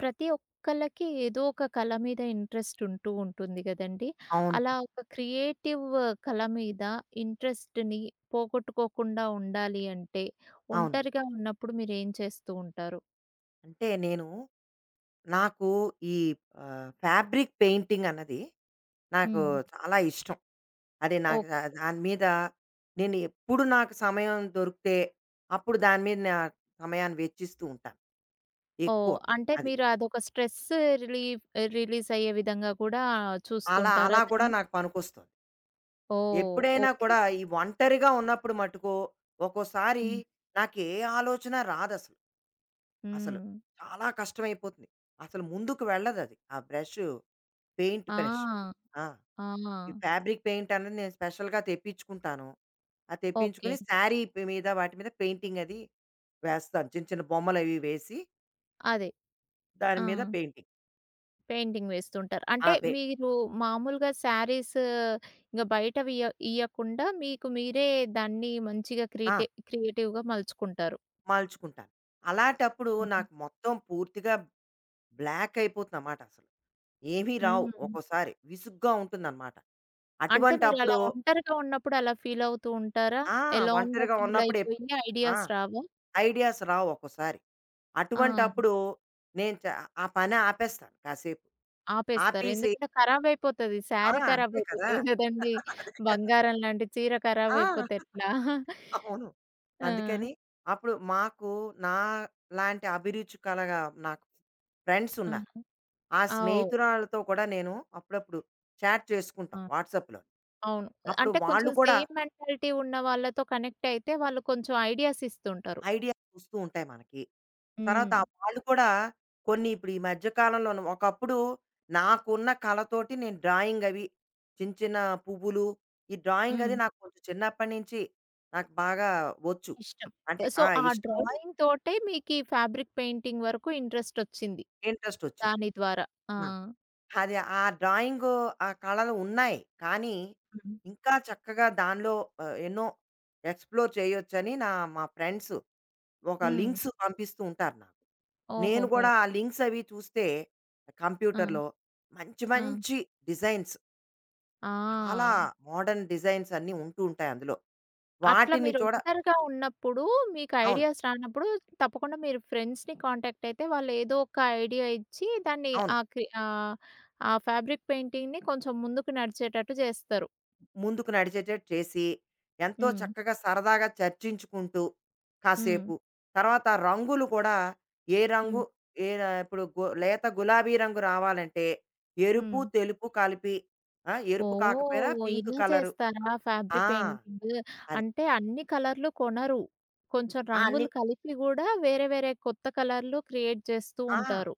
ప్రతి ఒక్కళ్ళకి ఏదో ఒక కళ మీద ఇంట్రెస్ట్ ఉంటూ ఉంటుంది గదండీ! అవును. అలా ఒక క్రియేటివ్ కళ మీద ఇంట్రెస్ట్‌ని పోగొట్టుకోకుండా ఉండాలి అంటే, అవును. ఒంటరిగా ఉన్నప్పుడు మీరేం చేస్తూ ఉంటారు? అంటే నేను నాకు ఈ ఫ్యాబ్రిక్ పెయింటింగ్ అన్నది నాకు హ్మ్. చాలా ఇష్టం. అది నాకు ఓహ్! దాని మీద నేను ఎప్పుడు నాకు సమయం దొరికితే అప్పుడు దాని మీద నా సమయాన్ని వెచ్చిస్తూ ఉంటాను. ఓహ్! ఎక్కువ. అంటే అది. మీరు అదొక స్ట్రెస్ రిలీఫ్ రిలీజ్ అయ్యే విధంగా కూడా అలా చూస్తుంటారా అలా కూడా దాన్ని? నాకు పనికొస్తుంది. ఓహ్! ఎప్పుడైనా ఓకే. కూడా ఈ ఒంటరిగా ఉన్నప్పుడు మట్టుకు ఒక్కోసారి హ్మ్. నాకు ఏ ఆలోచన రాదసలు. అసలు హ్మ్. చాలా కష్టమైపోతుంది. అసలు ముందుకు వెళ్ళదది. ఆ బ్రషు, పెయింట్ బ్రష్. ఆ! ఆ! ఆ! ఈ ఫ్యాబ్రిక్ పెయింట్ అనేది నేను స్పెషల్‌గా తెప్పించుకుంటాను. అది ఓకే. తెప్పించుకుని శారీ పి మీద వాటి మీద పెయింటింగ్ అది వేస్తాను. చిన్న చిన్న బొమ్మలవి వేసి అదే. దాని ఆ! మీద పెయింటింగ్. పెయింటింగ్ వేస్తుంటారు. ఆ! అంటే పె మీరు మామూలుగా శారీస్ ఇంక బయటవి ఇయ్యకుండా మీకు మీరే దాన్ని మంచిగా ఆ! క్రియేటివ్‌గా మలుచుకుంటారు. మలుచుకుంటాను. అలాంటప్పుడు హ్మ్. నాకు మొత్తం పూర్తిగా బ్లాక్ అయిపోతుందన్నమాట అసలు. ఏమీ రావు హ్మ్. ఒక్కోసారి. విసుగ్గా ఉంటుందన్నమాట. అంటే మీరలా అటువంటప్పుడు ఒంటరిగా ఉన్నప్పుడు అలా ఫీలవుతూ ఉంటారా? ఆ! ఎలోన్‌గా ఒంటరిగా ఉన్నప్పుడు ఎప్ ఫీలయిపోయి ఆ! ఐడియాస్ రావా? ఐడియాస్ రావు ఒక్కోసారి. ఆ! అటువంటప్పుడు నేను చ ఆ పని ఆపేస్తాను కాసేపు. ఆపేస్తారు. ఆపేసి ఎందుకంటే ఖరాబయిపోతది. ఆ! శారీ అంతే కదా! ఖరాబయిపోతది గదండీ! అదే కదా! బంగారం లాంటి చీర ఆ! ఖరాబయిపోతే ఎట్లా? అవును. ఆ! అందుకని అప్పుడు మాకు నా లాంటి అభిరుచి కలగా నాకు ఫ్రెండ్స్ ఆ! ఉన్నారు. ఆ ఆ! ఓహ్! స్నేహితురాళ్ళతో కూడా నేను అప్పుడప్పుడు చాట్ ఆ! చేసుకుంటాం వాట్సాప్‌లో. అవును. అప్పుడు అంటే వాళ్ళు కొంచెం కూడా సేమ్ మెంటాలిటీ ఉన్న వాళ్ళతో కనెక్ట్ అయితే వాళ్ళు కొంచెం ఐడియాస్ ఇస్తుంటారు. ఐడియాస్ వస్తూ ఉంటాయి మనకి. తర్వాత హ్మ్. ఆ వాళ్ళు కూడా కొన్ని ఇప్పుడు ఈ మధ్య కాలంలోను ఒకప్పుడు నాకున్న కళతోటి నేను డ్రాయింగ్ అవి చిన్న చిన్న పువ్వులు, ఈ డ్రాయింగ్ అది హ్మ్. నాకు కొంచెం చిన్నప్పటి నుంచి నాకు బాగా వచ్చు. ఇష్టం. అంటే సో, ఆ! ఆ ఇష్టము, డ్రాయింగ్ తోటే మీకీ ఫ్యాబ్రిక్ పెయింటింగ్ వరకు ఇంట్రెస్టొచ్చింది. ఇంట్రెస్ట్ వచ్చింది. దాని ద్వారా. ఆ! ఆ! అది ఆ డ్రాయింగు ఆ కళలు ఉన్నాయి. కానీ హ్మ్. ఇంకా చక్కగా దానిలో ఎన్నో ఎక్స్‌ప్లోర్ చేయొచ్చని నా మా ఫ్రెండ్స్ ఒక హ్మ్. లింక్స్ పంపిస్తూ ఉంటారు నాకు. నేను ఓహోహో! గూడా ఆ లింక్స్ అవి చూస్తే ఆ! కంప్యూటర్‌లో మంచి ఆ! మంచి డిజైన్స్ చాలా ఆ! మోడర్న్ డిజైన్స్ అన్నీ ఉంటూ ఉంటాయి అందులో. అట్లా వాటిని మీరు చూడ ఒంటరిగా ఉన్నప్పుడు మీకు అవును. ఐడియాస్ రానప్పుడు తప్పకుండా మీరు ఫ్రెండ్స్‌ని కాంటాక్ట్ అయితే వాళ్ళేదో ఒక ఐడియా ఇచ్చి దాన్ని అవును. ఆ ఫ్యాబ్రిక్ పెయింటింగ్‌ని కొంచెం ముందుకు నడిచేటట్టు జేస్తారు. ముందుకు నడిచేటట్టు చేసి, ఎంతో హ్మ్. చక్కగా సరదాగా చర్చించుకుంటూ హ్మ్. కాసేపు, తర్వాత రంగులు కూడా ఏ హ్మ్. రంగు ఏ ర ఇప్పుడు గు లేత గులాబీ రంగు రావాలంటే ఎరుపు, హ్మ్. తెలుపు కలిపి ఆ! ఎరుపు కాకపోయినా ఓహ్! పింక్ ఇలా కలరు. చేస్తారా ఫ్యాబ్రి ఆ! పెయింటింగ్? అది. అంటే అన్ని కలర్‌లు కొనరు. కొంచెం ఆ! అన్ని రంగులు కలిపి గూడా వేరే వేరే కొత్త కలర్‌లు క్రియేట్ చేస్తూ ఆ! ఉంటారు.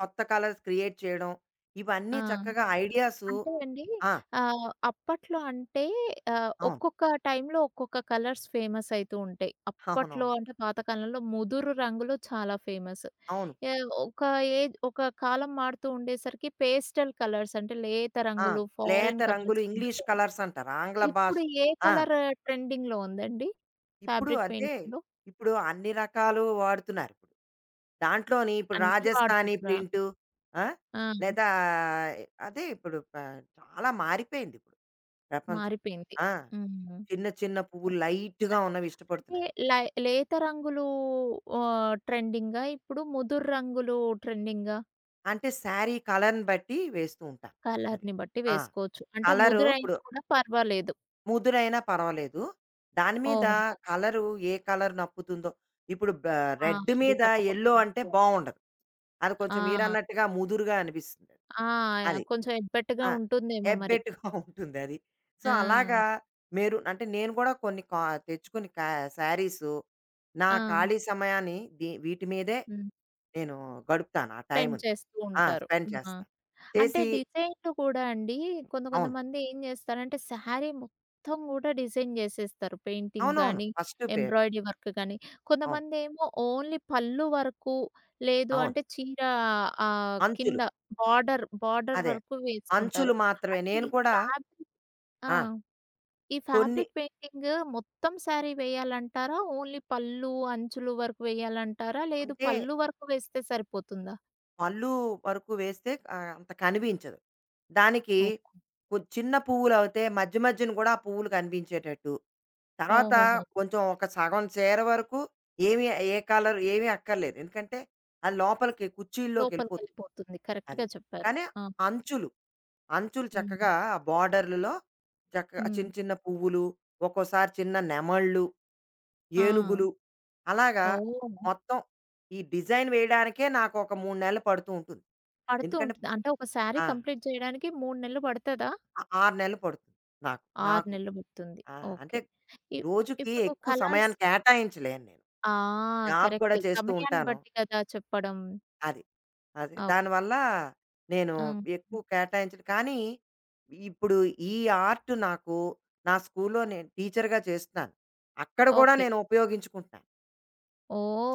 కొత్త కలర్స్ క్రియేట్ చేయడం. ఆ! ఇవన్నీ చక్కగా ఐడియాసు అంటే అండి ఆ! అప్పట్లో అంటే అవును. ఒక్కొక్క టైంలో ఒక్కొక్క కలర్స్ ఫేమస్ అయితూ ఉంటాయి. అప్పట్లో అవునవును. అంటే పాతకాలంలో ముదురు రంగులు చాలా ఫేమస్. అవును. ఆహ్, ఒక ఒక కాలం మారుతూ ఉండేసరికి పేస్టల్ కలర్స్ అంటే లేత ఆ! రంగులు, లేత ఫారెన్ రంగులు కలర్స్ ఫేమస్ ఇంగ్లీష్ అయ్యాయి. కలర్స్ అంటారు. ఆంగ్ల భాష ఇప్పుడు ఏ ఆ! కలర్ ట్రెండింగ్‌లో ఉందండి? ఇప్పుడు ఫ్యాబ్రిక్ అంటే, పెయింటింగ్‌లో ఇప్పుడు అన్ని రకాలు వాడుతున్నారిప్పుడు. దాంట్లోని ఇప్పుడు అన్నీ రాజస్థానీ వాడుతున్నారా? ప్రింటు ఆ! ఆ! లేదా అదే ఇప్పుడు ప చాలా మారిపోయిందిప్పుడు ప్రపంచం. మారిపోయింది. ఆ! హ్మ్. చిన్న చిన్న పువ్వులు లైట్‌గా అంటే, ఉన్నవి అంటే ఇష్టపడుతున్నారు. లేత రంగులు ఆహ్, ట్రెండింగా? ఇప్పుడు ముదురు రంగులు ట్రెండింగా? అంటే శారీ కలర్‌ని బట్టి వేస్తూ ఉంటారు. అది. కలర్‌ని బట్టి ఆ! వేసుకోవచ్చు. అంటే కలరు ముదురైనా ఇప్పుడు కూడా పర్వాలేదు. ముదురైనా పర్వాలేదు. దాని మీద ఓహోహో! కలరు ఏ కలర్ నప్పుతుందో ఇప్పుడు బ ఆ! రెడ్ అది మీద తప్పకుండా యెల్లో అంటే చూసుకోవాలి. బావుండదు. అది కొంచెం ఆ! మీరన్నట్టుగా ముదురుగా అనిపిస్తుంది. ఆ! అది. కొంచెం ఎబ్బెట్టుగా ఆ! ఉంటుందేమో మరి. ఎబ్బెట్టుగా ఉంటుందది. సో, అలాగా ఆ! మెరూన్ అంటే నేను గూడా కొన్ని కా తెచ్చుకుని కా శారీసు నా ఆ! ఖాళీ సమయాన్ని ది వీటి మీదే హ్మ్. నేను గడుపుతాను. ఆ టైముని. పెంచేస్తూ ఆ! ఉంటారు. స్పెండ్ ఆ! చేస్తాను. అంటే చేసి డిజైన్‌లు కూడా అండి. కొంత అవును. కొంతమంది ఏం జేస్తారంటే శారీ మొత్తం గూడా డిజైన్ జేసేస్తారు. పెయింటింగ్ అవునవును. గాని, ఫస్ట్ పే ఎంబ్రాయిడరీ వర్క్ గాని. అవును. కొంతమందేమో ఓన్లీ పళ్ళు వరకు లేదు అవును. అంటే చీర అంచులు. కింద బార్డర్, బార్డర్ అదే. వరకు వేసుకుంటారు. అంచులు అంటే మాత్రమే. నేను ఈ కూడా ఫ్యాబ్రిక్ ఆ! ఆ! ఈ కొన్ని ఫ్యాబ్రిక్ పెయింటింగ్ మొత్తం శారీ వేయాలంటారా? ఓన్లీ పళ్ళు, అంచులు వరకు వేయాలంటారా? లేదు అంటే పళ్ళు వరకు వేస్తే సరిపోతుందా? పళ్ళు వరకు వేస్తే అంత కనిపించదు. దానికి ఓహ్! కొ చిన్న పువ్వులవుతే మధ్య మధ్యన గూడా ఆ పువ్వులు కనిపించేటట్టు. తర్వాత ఓహోహో! కొంచెం ఒక సగం చీర వరకు ఏమి ఏ కలర్ ఏమీ అక్కర్లేదు. ఎందుకంటే అది లోపలికి కుచ్చిళ్ళలోకెళ్ళిపోతుంది. లోపలికెళ్ళిపోతుంది. అది. కరెక్ట్‌గా చెప్పారు. కానీ ఆ! అంచులు, అంచులు హ్మ్. చక్కగా ఆ బోర్డర్‌లలో చక్కగా హ్మ్. చిన్న చిన్న పువ్వులు, ఒక్కోసారి చిన్న నెమళ్ళు. ఆ! ఏనుగులు అలాగా ఓహ్! మొత్తం ఈ డిజైన్ వేయడానికే నాకు ఒక 3 నెలలు పడుతూ ఉంటుంది. పడుతూ ఎందుకంటే ఉంటుంది. అంటే ఒక శారీ ఆ! కంప్లీట్ చేయడానికి 3 నెలలు పడతదా? ఆ 6 నెలలు పడుతుంది నాకు. 6 నాకు నెలలు పడుతుంది. ఆ! అంటే ఓకే. ఇ రోజుకి ఇప్పుడు ఎక్కువ కలర్స్ సమయాన్ని కేటాయించలేను నేను. ఆ! జాబ్ కూడా కరెక్టే. చేస్తూ సమయాన్ని ఉంటాను. బట్టి కదా చెప్పడం. అది. అది. ఓకే. దానివల్ల నేను ఆ! ఎక్కువ కేటాయించను. కానీ ఇప్పుడు ఈ ఆర్ట్ నాకు నా స్కూల్‌లో నేను టీచర్‌గా చేస్తున్నాను. అక్కడ కూడా ఓకే. నేను ఉపయోగించుకుంటున్నాను.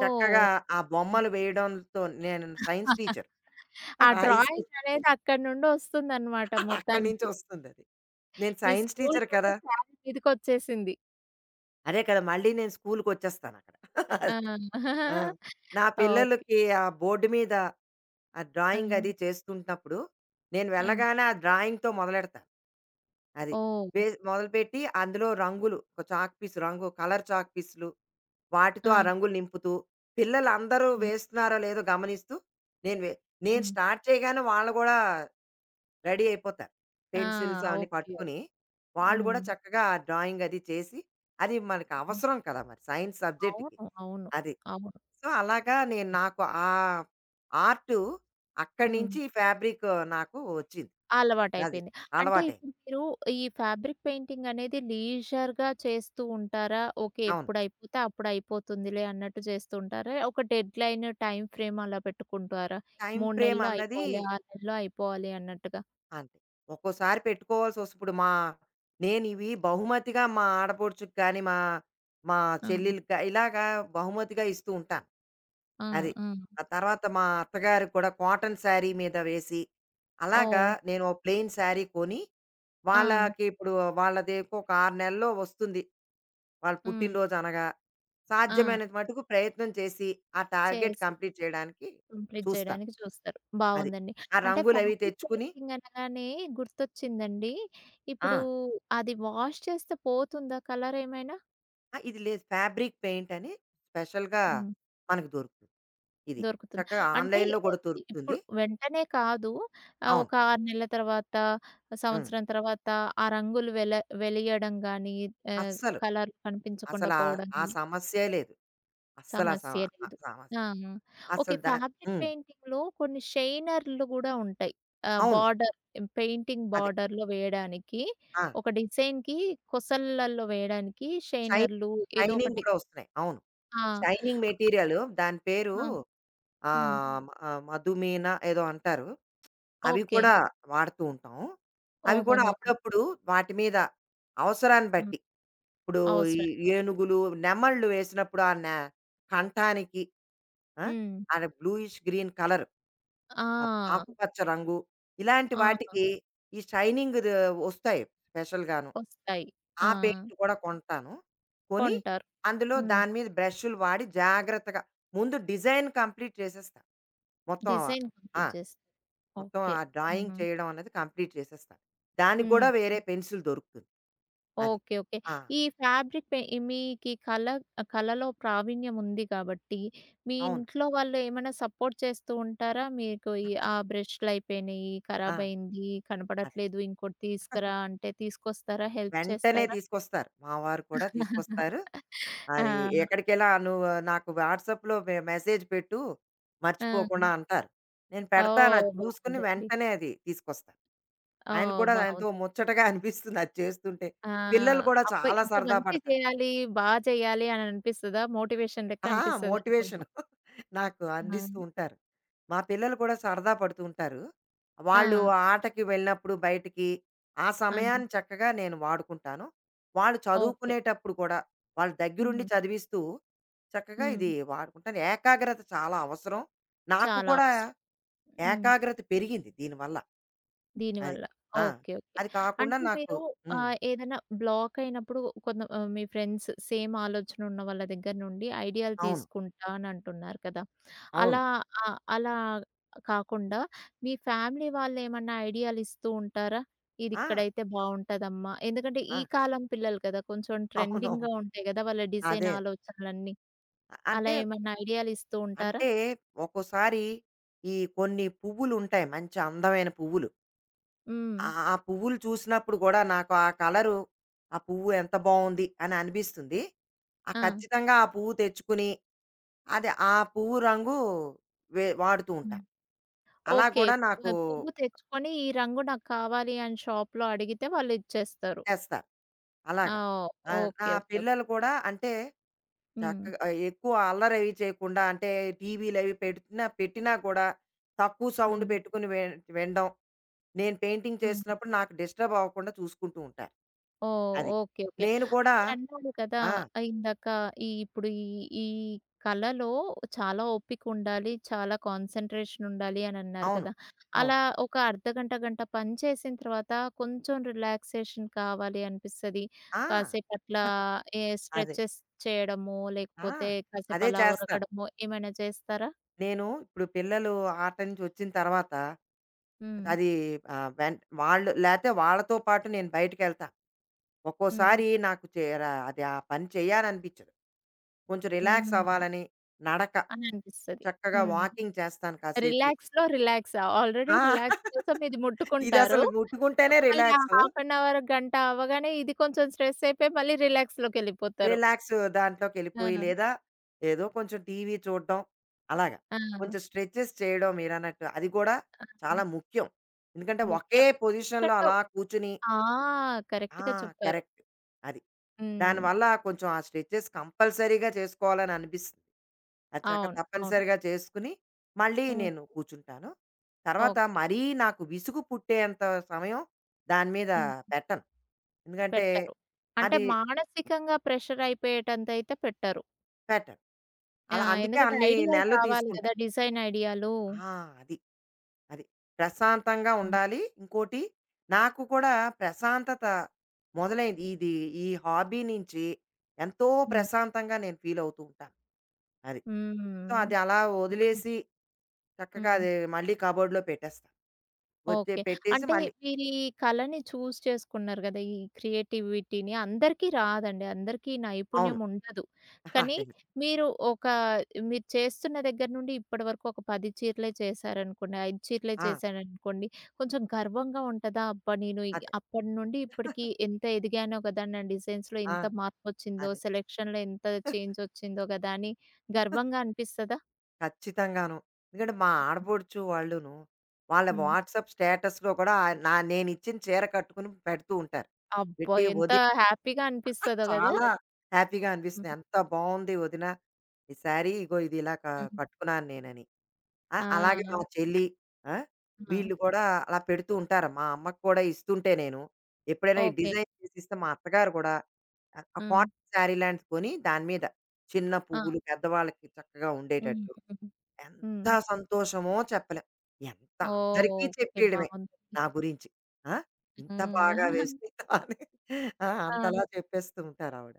చక్కగా ఆ బొమ్మలు వేయడంతో నేను సైన్స్ టీచర్. ఆ హై స్కూల్ డ్రాయింగ్ అనేది అక్కడి నుండి వస్తుందన్నమాట అక్కడి నుంచి మొత్తానికి. వస్తుంది అది. నేను మీ సైన్స్ స్కూల్ టీచర్ నుండి కదా! శారీ మీదకొచ్చేసింది. అదే కదా! మళ్ళీ నేను స్కూలుకొచ్చేస్తానక్కడ. ఆ! అది. ఆ! నా ఓకే. పిల్లలకి ఆ బోర్డ్ మీద ఆ ఆ! డ్రాయింగ్ అది చేస్తున్నప్పుడు నేను ఆ! వెళ్ళగానే ఆ డ్రాయింగ్‌తో మొదలెడతాను. అది. వే ఓహ్! మొదలుపెట్టి అందులో రంగులు ఒక చాక్ పీస్ రంగు కలర్ చాక్ పీసులు వాటితో ఆ! ఆ రంగులు నింపుతూ పిల్లలందరూ హ్మ్. వేస్తున్నారో లేదో గమనిస్తూ నేను వే నేను హ్మ్. స్టార్ట్ చేయగానే వాళ్ళు గూడా రెడీ అయిపోతారు. ఆ! పెన్సిల్స్ అవన్నీ ఓకే. పట్టుకుని. వాళ్ళు గూడా హ్మ్. చక్కగా డ్రాయింగ్ అది చేసి అది మనకు హ్మ్. అవసరం కదా! మరి సైన్స్ సబ్జెక్ట్‌కి. అవును. అవును. అది. అవును. సో, అలాగా నేను నాకు ఆ ఆర్టు అక్కడి హ్మ్. నుంచి ఫ్యాబ్రిక్ నాకు వచ్చింది. అది. అలవాటయిపోయింది. అంటే అలవాటయింది. ఇప్పుడు మీరు ఈ ఫ్యాబ్రిక్ పెయింటింగ్ అనేది లీజర్‌గా చేస్తూ ఉంటారా? ఓకే. అవును. ఎప్పుడైపోతే అప్పుడయిపోతుందిలే అన్నట్టు చేస్తూ ఉంటారా? ఒక డెడ్‌లైన్, టైమ్ ఫ్రేమ్ అలా పెట్టుకుంటారా? టైమ్ 3 ఫ్రేమ్ నెలల్లో అన్నది అయిపోవాలి, 6 నెలల్లో అయిపోవాలి అన్నట్టుగా. అంతే. ఒక్కోసారి పెట్టుకోవాల్సొస్ ఇప్పుడు మా నేనివి బహుమతిగా మా ఆడపడుచుకి కానీ, మా మా ఆ! హ్మ్. చెల్లెలికి గా ఇలాగా బహుమతిగా ఇస్తూ ఉంటాను. ఆ! అది. ఆ! ఆ తర్వాత మా అత్తగారు కూడా కాటన్ శారీ మీద వేసి, అలాగా ఓహ్! నేను ఓ ప్లెయిన్ శారీ కొని, ఆ! వాళ్ళకి ఇప్పుడు వాళ్ళదేకొక 6 నెలల్లో వస్తుంది. వాళ్ళ హ్మ్. పుట్టినరోజు అనగా ఆ! సాధ్యమైనంత మటుకు ప్రయత్నం చేసి ఆ టార్గెట్ చేసి కంప్లీట్ చేయడానికి కంప్లీట్ చూస్తా. చేయడానికి చూస్తారు. అది. బావుందండి. ఆ అంటే రంగులవి ఫ్యాబ్రిక్ తెచ్చుకుని పెయింటింగ్ అనగానే గుర్తొచ్చిందండి. ఆ! ఇప్పుడు అది వాష్ చేస్తే పోతుందా కలర్ ఏమైనా? ఆ! ఇది లేదు ఫ్యాబ్రిక్ పెయింట్ అని స్పెషల్‌గా హ్మ్. మనకు దొరుకుతుంది. ఇది. దొరుకుతుంది. చక్కగా అంటే ఆన్‌లైన్‌లో కూడా దొరుకుతుంది. ఇప్పుడు వెంటనే కాదు ఆహ్, అవును. ఒక 6 నెలల తర్వాత, హ్మ్. సంవత్సరం తర్వాత ఆ రంగులు వెలియడం గానీ ఆహ్, అస్సలు. కలర్ కనిపించకుండా అసలా ఆ పోవడం ఆ సమస్యే లేదు. అస్సలు ఆ సమ సమస్య ఆ లేదు. సమస్య ఆ! లేదు. ఓకే. అసలు దా ఫ్యాబ్రిక్ హ్మ్. పెయింటింగ్‌లో కొన్ని షైనర్‌లు గూడా ఉంటాయి. ఆహ్, అవును. బార్డర్ పెయింటింగ్ అదే. బార్డర్‌లో వేయడానికి ఆ! ఒక డిజైన్‌కి కొసలల్లో వేయడానికి షై షైనర్‌లు ఏదో షైనింగ్ ఒకటి. కూడా వస్తున్నాయి. అవును. ఆ! షైనింగ్ మెటీరియల్ దాని పేరు ఆ! ఆ! హ్మ్. హ్మ్. మ మధుమేన ఏదో అంటారు. అవి ఓకే. కూడా హ్మ్. వాడుతూ ఉంటాం. అవి కూడా హ్మ్. ఓహోహో! అప్పుడప్పుడు వాటి మీద అవసరాన్ని హ్మ్. బట్టి, ఇప్పుడు ఈ అవసరం. ఏనుగులు, నెమళ్ళు వేసినప్పుడు ఆ నె కంఠానికి ఆ! హ్మ్. అది బ్లూయిష్ గ్రీన్ కలర్ ఆ ఆ! ఆకుపచ్చ రంగు ఇలాంటి ఆ! వాటికి ఈ షైనింగ్‌ది వస్తాయి స్పెషల్‌గాను. వస్తాయి. ఆ! ఆ పెయింట్ కూడా కొంటాను. కొని కొంటారు. అందులో హ్మ్. దాని మీద బ్రష్‌లు వాడి జాగ్రత్తగా ముందు డిజైన్ కంప్లీట్ చేసేస్తా. మొత్తం డిజైన్ ఆ! కంప్లీట్ చేస్తారు. మొత్తం ఓకే. ఆ డ్రాయింగ్ హ్మ్. చేయడం అన్నది కంప్లీట్ చేసేస్తాను. దానికి కూడా హ్మ్. వేరే పెన్సిల్ దొరుకుతుంది. అది. ఓకే. ఓకే. ఆ! ఈ ఫ్యాబ్రిక్ పె మీకీ కళ కళలో ప్రావీణ్యం ఉంది కాబట్టి, మీ అవును. ఇంట్లో వాళ్ళు ఏమైనా సపోర్ట్ చేస్తూ ఉంటారా? మీకు ఈ ఆ బ్రష్‌లయిపోయినియి, ఆ! ఖరాబయింది, అదే. కనపడట్లేదు, ఇంకోటి తీసుకురా అంటే తీసుకొస్తారా? హెల్ప్ వెంటనే చేస్తారా? తీసుకొస్తారు. మా వారు కూడా తీసుకొస్తారు. అది ఆ! ఎక్కడికెలా "నువ్వు నాకు వాట్సాప్‌లో మెసేజ్ పెట్టు ఆ! మర్చిపోకుండా" అంటారు. నేను పెడతాను. అది ఓహ్! చూసుకొని బావుందండి. వెంటనే అది తీసుకొస్తాను. ఆయన ఓహ్! కూడా ఎంతో బావుంది. ముచ్చటగా అనిపిస్తుంది అది చేస్తుంటే. ఆ! పిల్లలు కూడా అబ్బా! చాలా ఇంకా సరదా మంచి పడతారు. చేయాలి, చేయాలి అని అనిపిస్తదా? మోటివేషన్ లెక్క ఆ! మోటివేషన్ అనిపిస్తదనుకుంటా. నాకు ఆ! అందిస్తూ ఉంటారు. మా పిల్లలు కూడా సరదా పడుతూ ఉంటారు. ఆ! వాళ్ళు ఆటకి వెళ్ళినప్పుడు బయటికి, ఆ ఆ! సమయాన్ని చక్కగా నేను వాడుకుంటాను. వాళ్ళు ఓకే. చదువుకునేటప్పుడు కూడా, వాళ్ళ దగ్గరుండి హ్మ్. చదివిస్తూ చక్కగా ఇది హ్మ్. వాడుకుంటాను. ఏకాగ్రత చాలా అవసరం. నాకు చాలా కూడా అవసరం. హ్మ్. ఏకాగ్రత పెరిగింది దీనివల్ల. అది. దీనివల్ల. ఆ! ఓకే. ఓకే. అది కాకుండా అంటే నాకు మీరు హ్మ్. ఏదైనా బ్లాక్ అయినప్పుడు కొంత మీ ఫ్రెండ్స్ సేమ్ ఆలోచన ఉన్న వాళ్ళ దగ్గర నుండి ఐడియాలు అవును. తీసుకుంటా అని అంటున్నారు కదా! అవును. అలా అలా కాకుండా మీ ఫ్యామిలీ వాళ్ళేమన్నా ఐడియాలు ఇస్తూ ఉంటారా? ఇది ఆ! ఇక్కడైతే బావుంటదమ్మా! ఎందుకంటే ఆ! ఈ కాలం పిల్లలు కదా! కొంచెం అవునవును. ట్రెండింగ్‌గా ఉంటాయి కదా! వాళ్ళ డిజైన్ అదే. ఆలోచనలన్నీ. అంటే అలా ఏమన్నా ఐడియాలు ఇస్తూ ఉంటారా? అంటే ఒక్కోసారి ఈ కొన్ని పువ్వులు ఉంటాయి. మంచి అందమైన పువ్వులు. హ్మ్. ఆ ఆ పువ్వులు చూసినప్పుడు గూడా నాకు ఆ కలరు, ఆ పువ్వు ఎంత బావుంది అని అనిపిస్తుంది. ఆ ఆ! ఖచ్చితంగా ఆ పువ్వు తెచ్చుకుని, అది ఆ పువ్వు రంగు వే వాడుతూ ఆ! ఉంటాను. అలా ఓకే. కూడా నాకు ఆహ్, పువ్వు తెచ్చుకొని ఈ రంగు నాకు కావాలి అని షాప్‌లో అడిగితే వాళ్ళు ఇచ్చేస్తారు. చేస్తారు. ఆ! అలాగా. నా ఓకే. ఓకే. ఓకే. పిల్లలు కూడా అంటే హ్మ్. చక్కగా ఎక్కువ అల్లరి అవి చేయకుండా అంటే టీవీలవి పెట్టినా పెట్టినా కూడా తక్కువ సౌండ్ హ్మ్. పెట్టుకుని విన్ వినడం. నేను పెయింటింగ్ హ్మ్. చేస్తున్నప్పుడు నాకు డిస్టర్బ్ అవ్వకుండా చూసుకుంటూ ఉంటారు. ఓహ్! అది. ఓకే. ఓకే. నేను కూడా మీరన్నారు కదా! ఆ! ఆహ్, ఇందాక ఈ ఇప్పుడు ఈ ఈ కళలో చాలా ఓపికుండాలి, చాలా కాన్సంట్రేషన్ ఉండాలి అనన్నారు అవును. కదా! అవును. అలా ఒక అర్ధగంట, గంట పని చేసిన తర్వాత కొంచెం రిలాక్సేషన్ కావాలి అనిపిస్తది. ఆ! కాసేపు అట్లా ఏ అదే. స్ట్రెచెస్ చేయడమో, ఆ! లేకపోతే కాసేపు అదే అలా చేస్తాను. ఒరగడమో ఏమైనా చేస్తారా? నేను ఇప్పుడు పిల్లలు ఆట నుంచి వచ్చిన తర్వాత హ్మ్. అది వెన్ వాళ్ళు లేతే వాళ్ళతో పాటు నేను బయటికెళ్తాను. హ్మ్. ఒక్కోసారి నాకు చే ర అది ఆ పని చేయాలనిపించదు. కొంచెం రిలాక్స్ హ్మ్. అవ్వాలని నడక, అని అనిపిస్తది. చక్కగా హ్మ్. వాకింగ్ చేస్తాను కాసేపు. రిలాక్స్‌లో రిలాక్సా? ఆల్రెడీ ఆ! రిలాక్స్ కోసం ఇది ముట్టుకుంటారు. ఇదసలు ముట్టుకుంటేనే మళ్ళీ ఆ రిలాక్సు. హాఫ్ అన్ అవర్, గంట అవ్వగానే ఇది కొంచెం స్ట్రెస్ అయిపోయి మళ్ళీ రిలాక్స్‌లోకెళ్ళిపోతారు. రిలాక్స్ దాంట్లోకెళ్ళిపోయి, ఆ! లేదా ఏదో కొంచెం టీవీ చూడడం అలాగా. ఆ! కొంచెం స్ట్రెచెస్ చేయడం మీరన్నట్టు. అది కూడా ఆ! చాలా ముఖ్యం. ఎందుకంటే ఒకే ముఖ్యం. పొజిషన్‌లో ఎందుకంటే అలా కూర్చొని ఆ! ఆ! కరెక్ట్‌గా చెప్పారు. కరెక్ట్. అది. హ్మ్. దానివల్ల కొంచెం ఆ స్ట్రెచెస్ కంపల్సరీగా చేసుకోవాలని అనిపిస్తుంది. అది చక్క అవును. అవును. తప్పనిసరిగా చేసుకుని, మళ్ళీ హ్మ్. నేను కూర్చుంటాను. తర్వాత ఓకే. మరీ నాకు విసుగు పుట్టేంత సమయం దాని మీద హ్మ్. పెట్టను. ఎందుకంటే పెట్టరు. అంటే అది మానసికంగా ప్రెషర్ అయిపోయేటంతయితే పెట్టరు. పెట్టరు. ఆ! అలా అందుకే ఎందుకంటే అన్ని ఐడియాలు నెలలు రావాలి కదా! తీసుకుంటాయి. డిజైన్ ఐడియాలు. ఆ! అది. అది. ప్రశాంతంగా హ్మ్. ఉండాలి. ఇంకోటి నాకు కూడా ప్రశాంతత మొదలైంది. ఇది ఈ హాబీ నుంచి ఎంతో హ్మ్. ప్రశాంతంగా నేను ఫీల్ అవుతూ ఉంటాను. అది. సో, అది హ్మ్. అలా హ్మ్. వదిలేసి చక్కగా హ్మ్. అది మళ్ళీ కబోర్డ్‌లో పెట్టేస్తాను. వచ్చే ఓకే. పెట్టేసి అంటే మళ్ళీ మీరీ కళని చూజ్ చేసుకున్నారు గదా! ఈ క్రియేటివిటీని. అందరికీ రాదండి. అందరికీ ఈ అవును. నైపుణ్యం ఉండదు. కానీ అదే. మీరు ఒక మీరు చేస్తున్న దగ్గర నుండి ఇప్పటి వరకు ఒక 10 చీరలే చేశారనుకోండి, 5 చీరలే ఆ! చేశాననుకోండి, కొంచెం గర్వంగా ఉంటదా? అబ్బా! నేను ఇ అదే. అప్పటి నుండి ఇప్పటికి ఎంత ఎదిగానో గదా! నా డిజైన్స్‌లో ఆ! ఇంత మార్పొచ్చిందో, అదే. సెలక్షన్‌లో ఎంత చేంజొచ్చిందో గదా! అని గర్వంగా అనిపిస్తదా? ఖచ్చితంగాను. ఎందుకంటే మా ఆడపడుచు వాళ్ళును, వాళ్ళ హ్మ్. వాట్సాప్ స్టేటస్‌లో కూడా ఆ- నా నేనిచ్చిన చీర కట్టుకుని పెడుతూ ఉంటారు. అబ్బా! పెట్టి ఎంత వదిన హ్యాపీగా అనిపిస్తదో గదా! చాలా హ్యాపీగా హ్మ్. అనిపిస్తుంది. ఎంత బావుంది వదిన ఈ శారీ ఇగో ఇది ఇలా క హ్మ్. కట్టుకున్నాను నేనని. ఆ! ఆ! అలాగే మా చెల్లి ఆ! ఆ! వీళ్ళు కూడా అలా పెడుతూ ఉంటారు. మా అమ్మకి కూడా ఇస్తుంటే నేను, ఎప్పుడైనా ఈ ఓకే. డిజైన్ చేసిస్తే మా అత్తగారు కూడా ఆ హ్మ్. కాటన్ శారీ లాంటిది కొని దాని మీద చిన్న ఆ! పువ్వులు పెద్దవాళ్ళకి చక్కగా హ్మ్. ఉండేటట్టు హ్మ్. ఎంత హ్మ్. సంతోషమో చెప్పలేం. ఎంత అందరికీ ఓకే. చెప్పేయడమే బావుందండి. నా గురించి. ఆ! ఇంత హ్మ్. బాగా వేసిందా అని ఆ! ఆ! అంతలా చెప్పేస్తూ ఉంటారావిడ.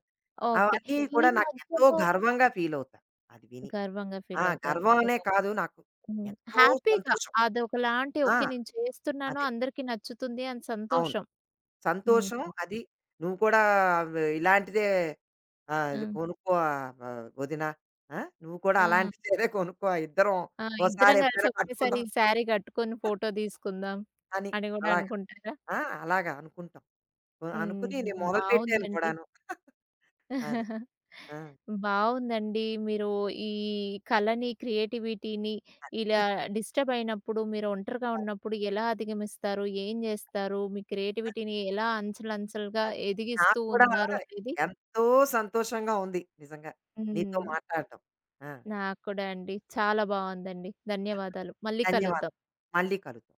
ఓకే. అవన్నీ ఈ కూడా నాకెంతో మధ్యలో గర్వంగా ఫీలవుతా అది విని. గర్వంగా ఆ! ఫీలవుతారు. గర్వం అనే కాదు నాకు హ్మ్. ఎంతో హ్యాపీగా సంతోషం. అదొకలాంటి ఆ! ఓకే. నేను చేస్తున్నాను, అదే. అందరికీ నచ్చుతుంది అని అవును. సంతోషం. హ్మ్. సంతోషం అది నువ్వు కూడా వ్ ఇలాంటిదే ఆ! కొనుక్కో వదిన. ఆ! నువ్వు కూడా ఆ! అలాంటి చీరే కొనుక్కో ఇద్దరం ఆ! ఓసారి ఇద్దరం కలిసి ఎప్పుడైనా ఒకేసారి కట్టుకుందాం ఈ శారీ కట్టుకొని ఫోటో తీసుకుందాం అని అని గూడా అలా. అనుకుంటారా? ఆ! అలాగా అనుకుంటాం. కొ- అనుకుని నేను హ్మ్. మొదలుపెట్టాను బావుందండి. కూడాను. అది. ఆ! బావుందండి. మీరు ఈ కళని, క్రియేటివిటీని ఇలా డిస్టర్బ్ అయినప్పుడు, మీరు ఒంటరిగా ఉన్నప్పుడు ఎలా అధిగమిస్తారు? ఏం జేస్తారు? మీ క్రియేటివిటీని ఎలా అంచెలంచెలుగా అది. నాకు ఎదిగిస్తూ కూడా ఉన్నారు అనేది ఎంతో సంతోషంగా ఉంది నిజంగా. నీతో హ్మ్. మాట్లాడడం. ఆ! నాకు కూడా అండి. చాలా బావుందండి. ధన్యవాదాలు. మళ్ళీ ధన్యవాదాలు. కలుద్దాం. మళ్ళీ కలుద్దాం.